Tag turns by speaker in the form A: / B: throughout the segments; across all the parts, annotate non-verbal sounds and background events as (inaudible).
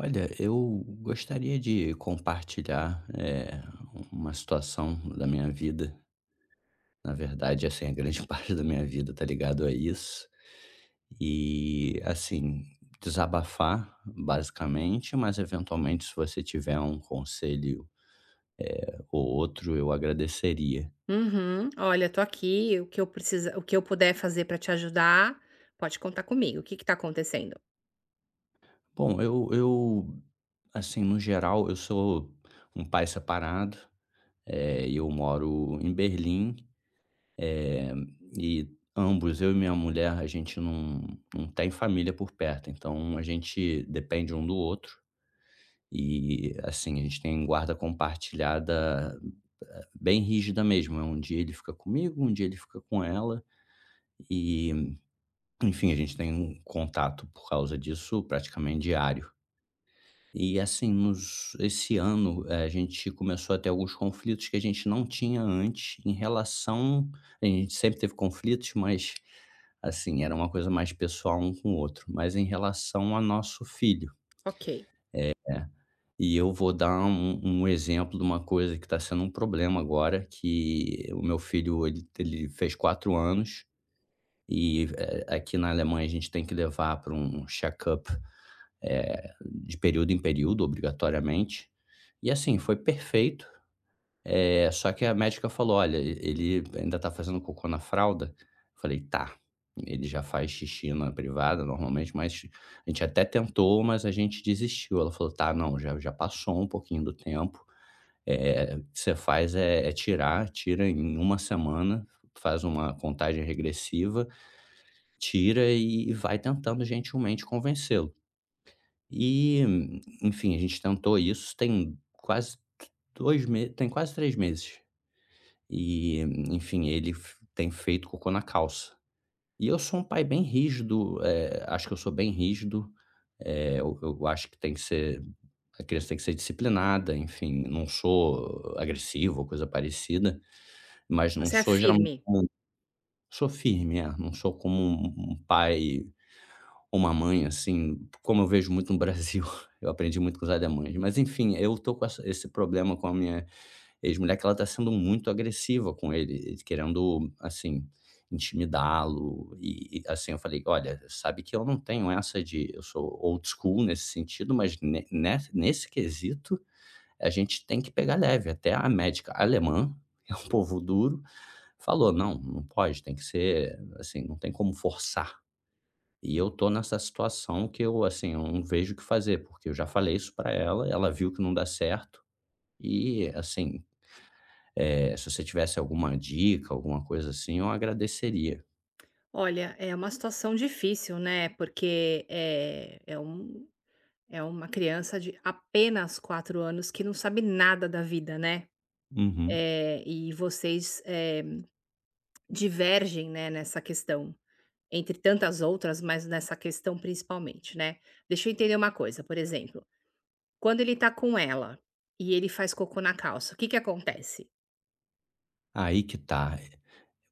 A: Olha, eu gostaria de compartilhar, uma situação da minha vida. Na verdade, assim, a grande (laughs) parte da minha vida tá ligado a isso. E, assim, desabafar, basicamente, mas eventualmente se você tiver um conselho, ou outro, eu agradeceria.
B: Uhum. "Olha, tô aqui, o que eu precisa o que eu puder fazer pra te ajudar, pode contar comigo. O que que tá acontecendo?".
A: Bom, eu, assim, no geral, eu sou um pai separado, e eu moro em Berlim. Eh, e ambos, eu e minha mulher, a gente não tem família por perto, então a gente depende um do outro e, assim, a gente tem guarda compartilhada, bem rígida mesmo, é um dia ele fica comigo, um dia ele fica com ela e, enfim, a gente tem um contato por causa disso praticamente diário. E assim, nos esse ano, a gente começou a ter alguns conflitos que a gente não tinha antes em relação, a gente sempre teve conflitos, mas, assim, era uma coisa mais pessoal um com o outro, mas em relação a nosso filho,
B: Ok.
A: né. E eu vou dar um exemplo de uma coisa que está sendo um problema agora, que o meu filho ele fez 4 anos e, aqui na Alemanha a gente tem que levar para um check-up de período em período, obrigatoriamente. E assim, foi perfeito. Só que a médica falou: "Olha, ele ainda tá fazendo cocô na fralda?" Eu falei: "Tá". Ele já faz xixi na privada normalmente, mas a gente até tentou, mas a gente desistiu. Ela falou: "Tá, não, já já passou um pouquinho do tempo. Eh, o que você faz é é tirar, tira em uma semana, faz uma contagem regressiva, tira e vai tentando gentilmente convencê-lo". E, enfim, a gente tentou isso tem quase 2 meses, tem quase 3 meses. E, enfim, ele f tem feito cocô na calça. E eu sou um pai bem rígido, acho que eu sou bem rígido, eu acho que tem que ser, a criança tem que ser disciplinada, enfim, não sou agressivo ou coisa parecida, mas não
B: Você é
A: sou geralmente,
B: firme.
A: sou firme, é, não sou como um pai, uma mãe, assim, como eu vejo muito no Brasil, (laughs) eu aprendi muito com os alemães, mas enfim, eu tô com essa esse problema com a minha ex-mulher, que ela tá sendo muito agressiva com ele, querendo, assim, intimidá-lo e, assim, eu falei: "Olha, sabe que eu não tenho essa de, eu sou old school nesse sentido, mas ne nes nesse quesito, a gente tem que pegar leve", até a médica alemã, (laughs) que é um povo duro, falou: "Não, não pode, tem que ser assim, não tem como forçar". E eu tô nessa situação que eu, assim, eu não vejo o que fazer, porque eu já falei isso pra ela, ela viu que não dá certo e, assim, se você tivesse alguma dica, alguma coisa assim, eu agradeceria.
B: Olha, é uma situação difícil, né, porque é um é uma criança de apenas 4 anos que não sabe nada da vida, né.
A: Uhum.
B: E vocês, divergem, né, nessa questão, entre tantas outras, mas nessa questão principalmente, né. Deixa eu entender uma coisa, por exemplo, quando ele tá com ela, e ele faz cocô na calça, o que que acontece?
A: Aí que tá.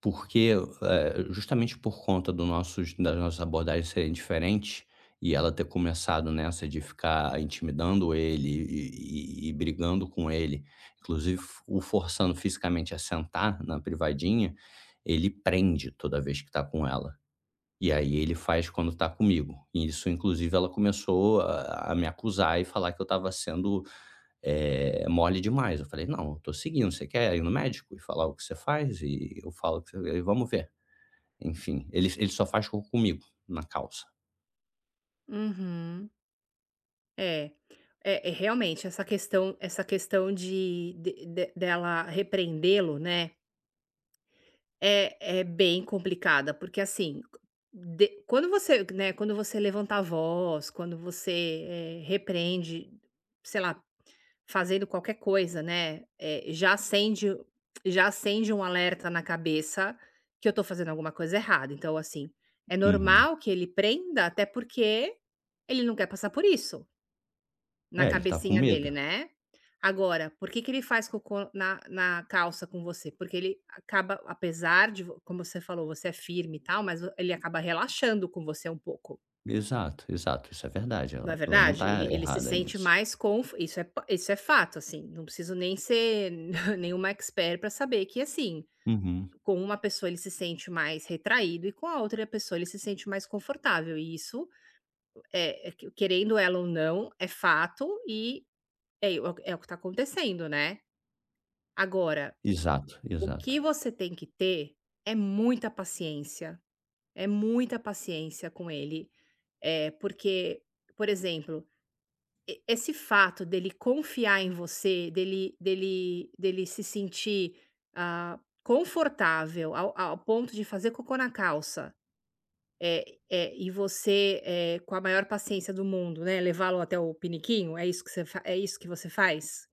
A: Porque, justamente por conta do nossos das nossas abordagens serem diferentes, e ela ter começado nessa de ficar intimidando ele e brigando com ele, inclusive f o forçando fisicamente a sentar na privadinha, ele prende toda vez que está com ela. E aí ele faz quando está comigo. E isso inclusive ela começou a me acusar e falar que eu estava sendo é mole demais. Eu falei: "Não, eu tô seguindo. Você quer ir no médico e falar o que você faz? E eu falo o que você e vamos ver". Enfim, ele só faz cocô comigo, na calça.
B: Uhum. É, é realmente essa questão de dela repreendê-lo, né, é bem complicada, porque assim, de quando você, né, quando você levanta a voz, quando você, repreende, sei lá, fazendo qualquer coisa, né, já acende um alerta na cabeça que eu tô fazendo alguma coisa errada. Então, assim, é
A: Uhum.
B: normal que ele prenda, até porque ele não quer passar por isso, na
A: É, ele tá com
B: cabecinha
A: medo.
B: dele, né. Agora, por que que ele faz cocô na na calça com você? Porque ele acaba apesar de vo como você falou, você é firme e tal, mas ele acaba relaxando com você um pouco.
A: Exato, exato, isso é verdade.
B: Não é
A: Ela não
B: verdade?
A: tá
B: Ele se
A: errada
B: sente
A: nisso.
B: mais conf isso é pa isso é fato, assim, não preciso nem ser (laughs) nenhuma expert para saber que, assim,
A: Uhum.
B: com uma pessoa ele se sente mais retraído e com a outra pessoa ele se sente mais confortável e isso, é que querendo ela ou não, é fato e é o que está acontecendo, né. Agora,
A: Exato,
B: o que
A: exato.
B: você tem que ter é muita paciência, é muita paciência com ele, é porque, por exemplo, e esse fato dele confiar em você, dele se sentir, ah, confortável ao ao ponto de fazer cocô na calça, é e você, com a maior paciência do mundo, né, levá-lo até o piniquinho, é isso que você fa é isso que você faz?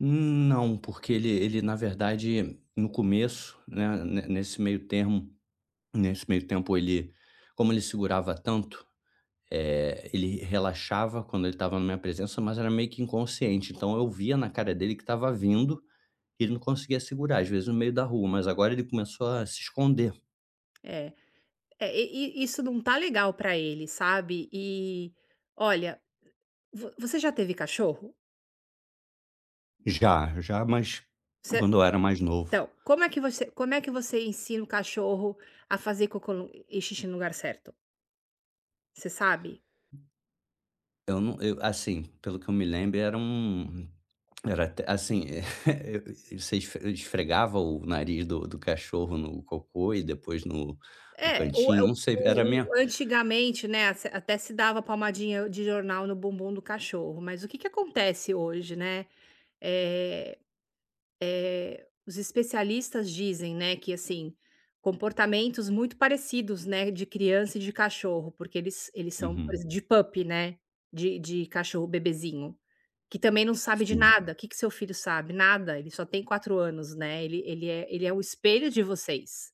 A: Não, porque ele na verdade, no começo, né, ne nesse meio termo, nesse meio tempo ele como ele segurava tanto, ele relaxava quando ele estava na minha presença, mas era meio que inconsciente, então eu via na cara dele que estava vindo e ele não conseguia segurar, às vezes no meio da rua, mas agora ele começou a se esconder.
B: É. É, e isso não tá legal pra ele, sabe. E, olha, vo você já teve cachorro?
A: Já, já, mas
B: Você
A: quando eu era mais novo.
B: então, como é que você como é que você ensina o cachorro a fazer cocô no e xixi no lugar certo? Você sabe?
A: Eu não eu assim, pelo que eu me lembro, era um, era até assim, (laughs) eu- você esfregava o nariz do cachorro no cocô e depois no no
B: É, o é
A: cantinho, não sei, era minha.
B: o- antigamente, né, ace até se dava palmadinha de jornal no bumbum do cachorro, mas o que que acontece hoje, né, eh, os especialistas dizem, né, que, assim, comportamentos muito parecidos, né, de criança e de cachorro, porque eles são, por
A: Uhum,
B: exemplo, de pup né, de cachorro bebezinho, que também não sabe de
A: sim,
B: nada. O que que seu filho sabe? Nada, ele só tem 4 anos, né, ele é o espelho de vocês.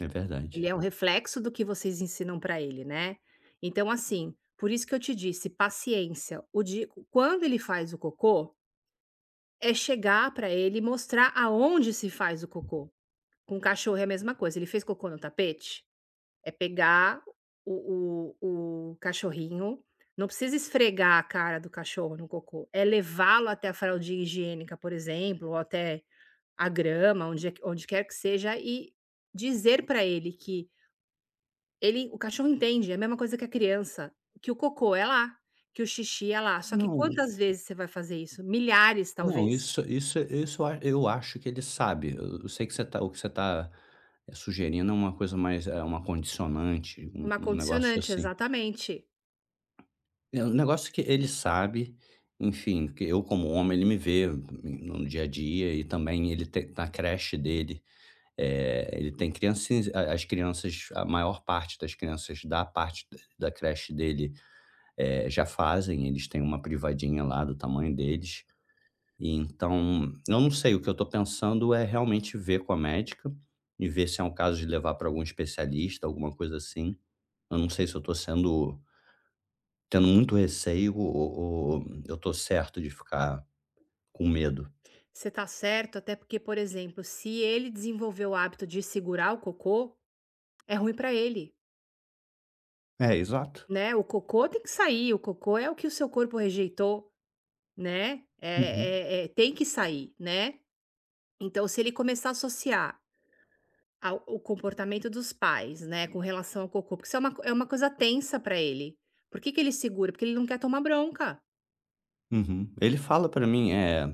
A: é
B: Ele
A: verdade.
B: é um reflexo do que vocês ensinam para ele, né. Então, assim, por isso que eu te disse, paciência. O di quando ele faz o cocô, é chegar para ele e mostrar aonde se faz o cocô. Com o cachorro é a mesma coisa, ele fez cocô no tapete, é pegar o cachorrinho, não precisa esfregar a cara do cachorro no cocô, é levá-lo até a fraldinha higiênica, por exemplo, ou até a grama, onde é onde quer que seja, e dizer para ele que ele o cachorro entende, é a mesma coisa que a criança, que o cocô é lá, que o xixi é lá, só que
A: Não,
B: quantas vezes você vai fazer isso? Milhares,
A: não,
B: talvez.
A: isso eu a eu acho que ele sabe. Eu sei que você tá, o que você tá, sugerindo é uma coisa mais, é uma condicionante, um
B: Uma
A: um negócio
B: condicionante,
A: assim.
B: exatamente.
A: É um negócio que ele sabe, enfim, que eu como homem ele me vê no dia a dia e também ele tem na creche dele, ele tem crianças, as crianças, a maior parte das crianças da parte da da creche dele, já fazem, eles têm uma privadinha lá do tamanho deles. E então, eu não sei, o que eu tô pensando é realmente ver com a médica e ver se é um caso de levar para algum especialista, alguma coisa assim. Eu não sei se eu tô sendo, tendo muito receio ou eu tô certo de ficar com medo.
B: Você tá certo, até porque, por exemplo, se ele desenvolver o hábito de segurar o cocô, é ruim pra ele,
A: É, exato.
B: né, o cocô tem que sair, o cocô é o que o seu corpo rejeitou, né,
A: Uhum,
B: é, é, tem que sair, né. Então se ele começar a associar ao o comportamento dos pais, né, com relação ao cocô, porque isso é uma co- é uma coisa tensa para ele. Por que que ele segura? Porque ele não quer tomar bronca.
A: uhum. Ele fala pra mim, é: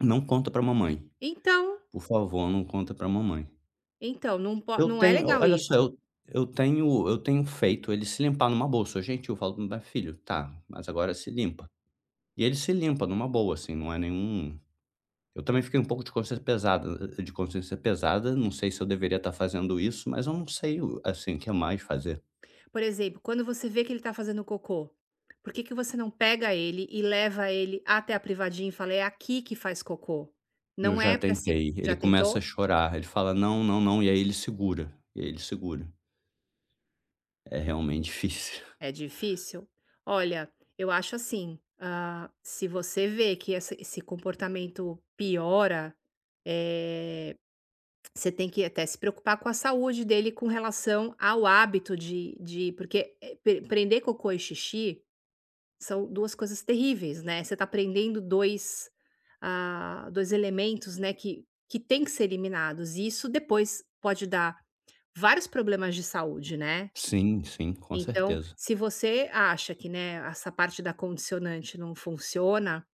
A: "Não conta pra mamãe,
B: Então,
A: por favor, não conta pra mamãe".
B: então, não po
A: Eu
B: não é
A: tenho,
B: legal
A: olha só,
B: isso.
A: eu tenho, eu tenho feito ele se limpar numa bolsa. Gentil, eu falo: meu filho, tá, mas agora se limpa". E ele se limpa numa boa, assim, não é nenhum, eu também fiquei um pouco de consciência pesada, não sei se eu deveria estar fazendo isso, mas eu não sei o assim, o que mais fazer.
B: Por exemplo, quando você vê que ele tá fazendo cocô, por que que você não pega ele e leva ele até a privadinha e fala: "É aqui que faz cocô,
A: Eu
B: não
A: já
B: é pra segu"
A: tentei, ele
B: Já
A: começa a
B: tentou?
A: chorar, ele fala: "Não, não, não", e aí ele segura, É realmente difícil.
B: É
A: (laughs)
B: difícil? Olha, eu acho assim, ah, se você vê que essa esse comportamento piora, eh, você tem que até se preocupar com a saúde dele com relação ao hábito de porque, pre prender cocô e xixi são 2 coisas terríveis, né, você tá prendendo 2, ah, 2 elementos, né, que tem que ser eliminados e isso depois pode dar vários problemas de saúde, né.
A: Sim, sim, com
B: Então,
A: certeza.
B: se você acha que, né, essa parte da condicionante não funciona,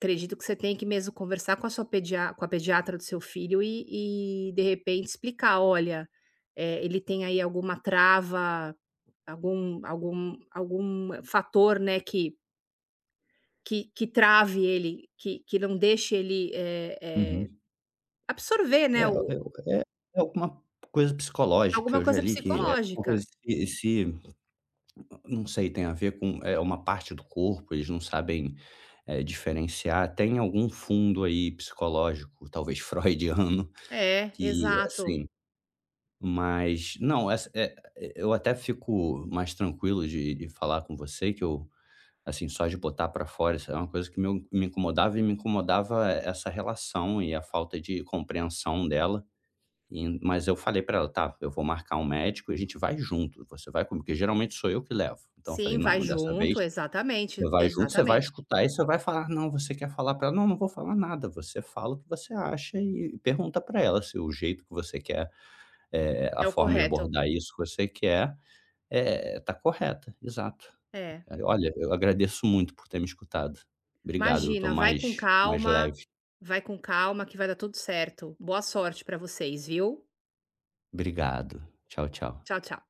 B: acredito que você tem que mesmo conversar com a sua pedia com a pediatra do seu filho e de repente explicar: "Olha, ele tem aí alguma trava, algum fator, né, que que trave ele, que não deixe ele, eh,
A: Uhum.
B: absorver, né,
A: É,
B: o
A: eu é, é alguma coisa psicológica,
B: alguma
A: eu já
B: coisa
A: li que é uma
B: psicológica".
A: coisa se se, não sei, tem a ver com, é uma parte do corpo, eles não sabem, diferenciar. Tem algum fundo aí psicológico, talvez freudiano, (laughs)
B: É,
A: que
B: exato.
A: assim, mas não, essa eu até fico mais tranquilo de falar com você, que eu, assim, só de botar pra fora, isso é uma coisa que meu me incomodava e me incomodava essa relação e a falta de compreensão dela, e mas eu falei pra ela: "Tá, eu vou marcar um médico e a gente vai junto, você vai comigo", porque geralmente sou eu que levo. Então eu falei:
B: Sim, vai
A: "Não, dessa vez,
B: junto,
A: você
B: exatamente,
A: vai junto, você vai
B: exatamente.
A: escutar e você vai falar". "Não, você quer falar pra ela?" "Não, não vou falar nada", você fala o que você acha e pergunta pra ela se o jeito que você quer, a
B: É o
A: forma de
B: correto.
A: abordar isso que você quer, tá correta. Exato.
B: É.
A: Olha, eu agradeço muito por ter me escutado. Obrigado, eu tô
B: Imagina,
A: mais leve.
B: vai com calma que vai dar tudo certo. Boa sorte pra vocês, viu.
A: Obrigado. Tchau, tchau.
B: Tchau, tchau.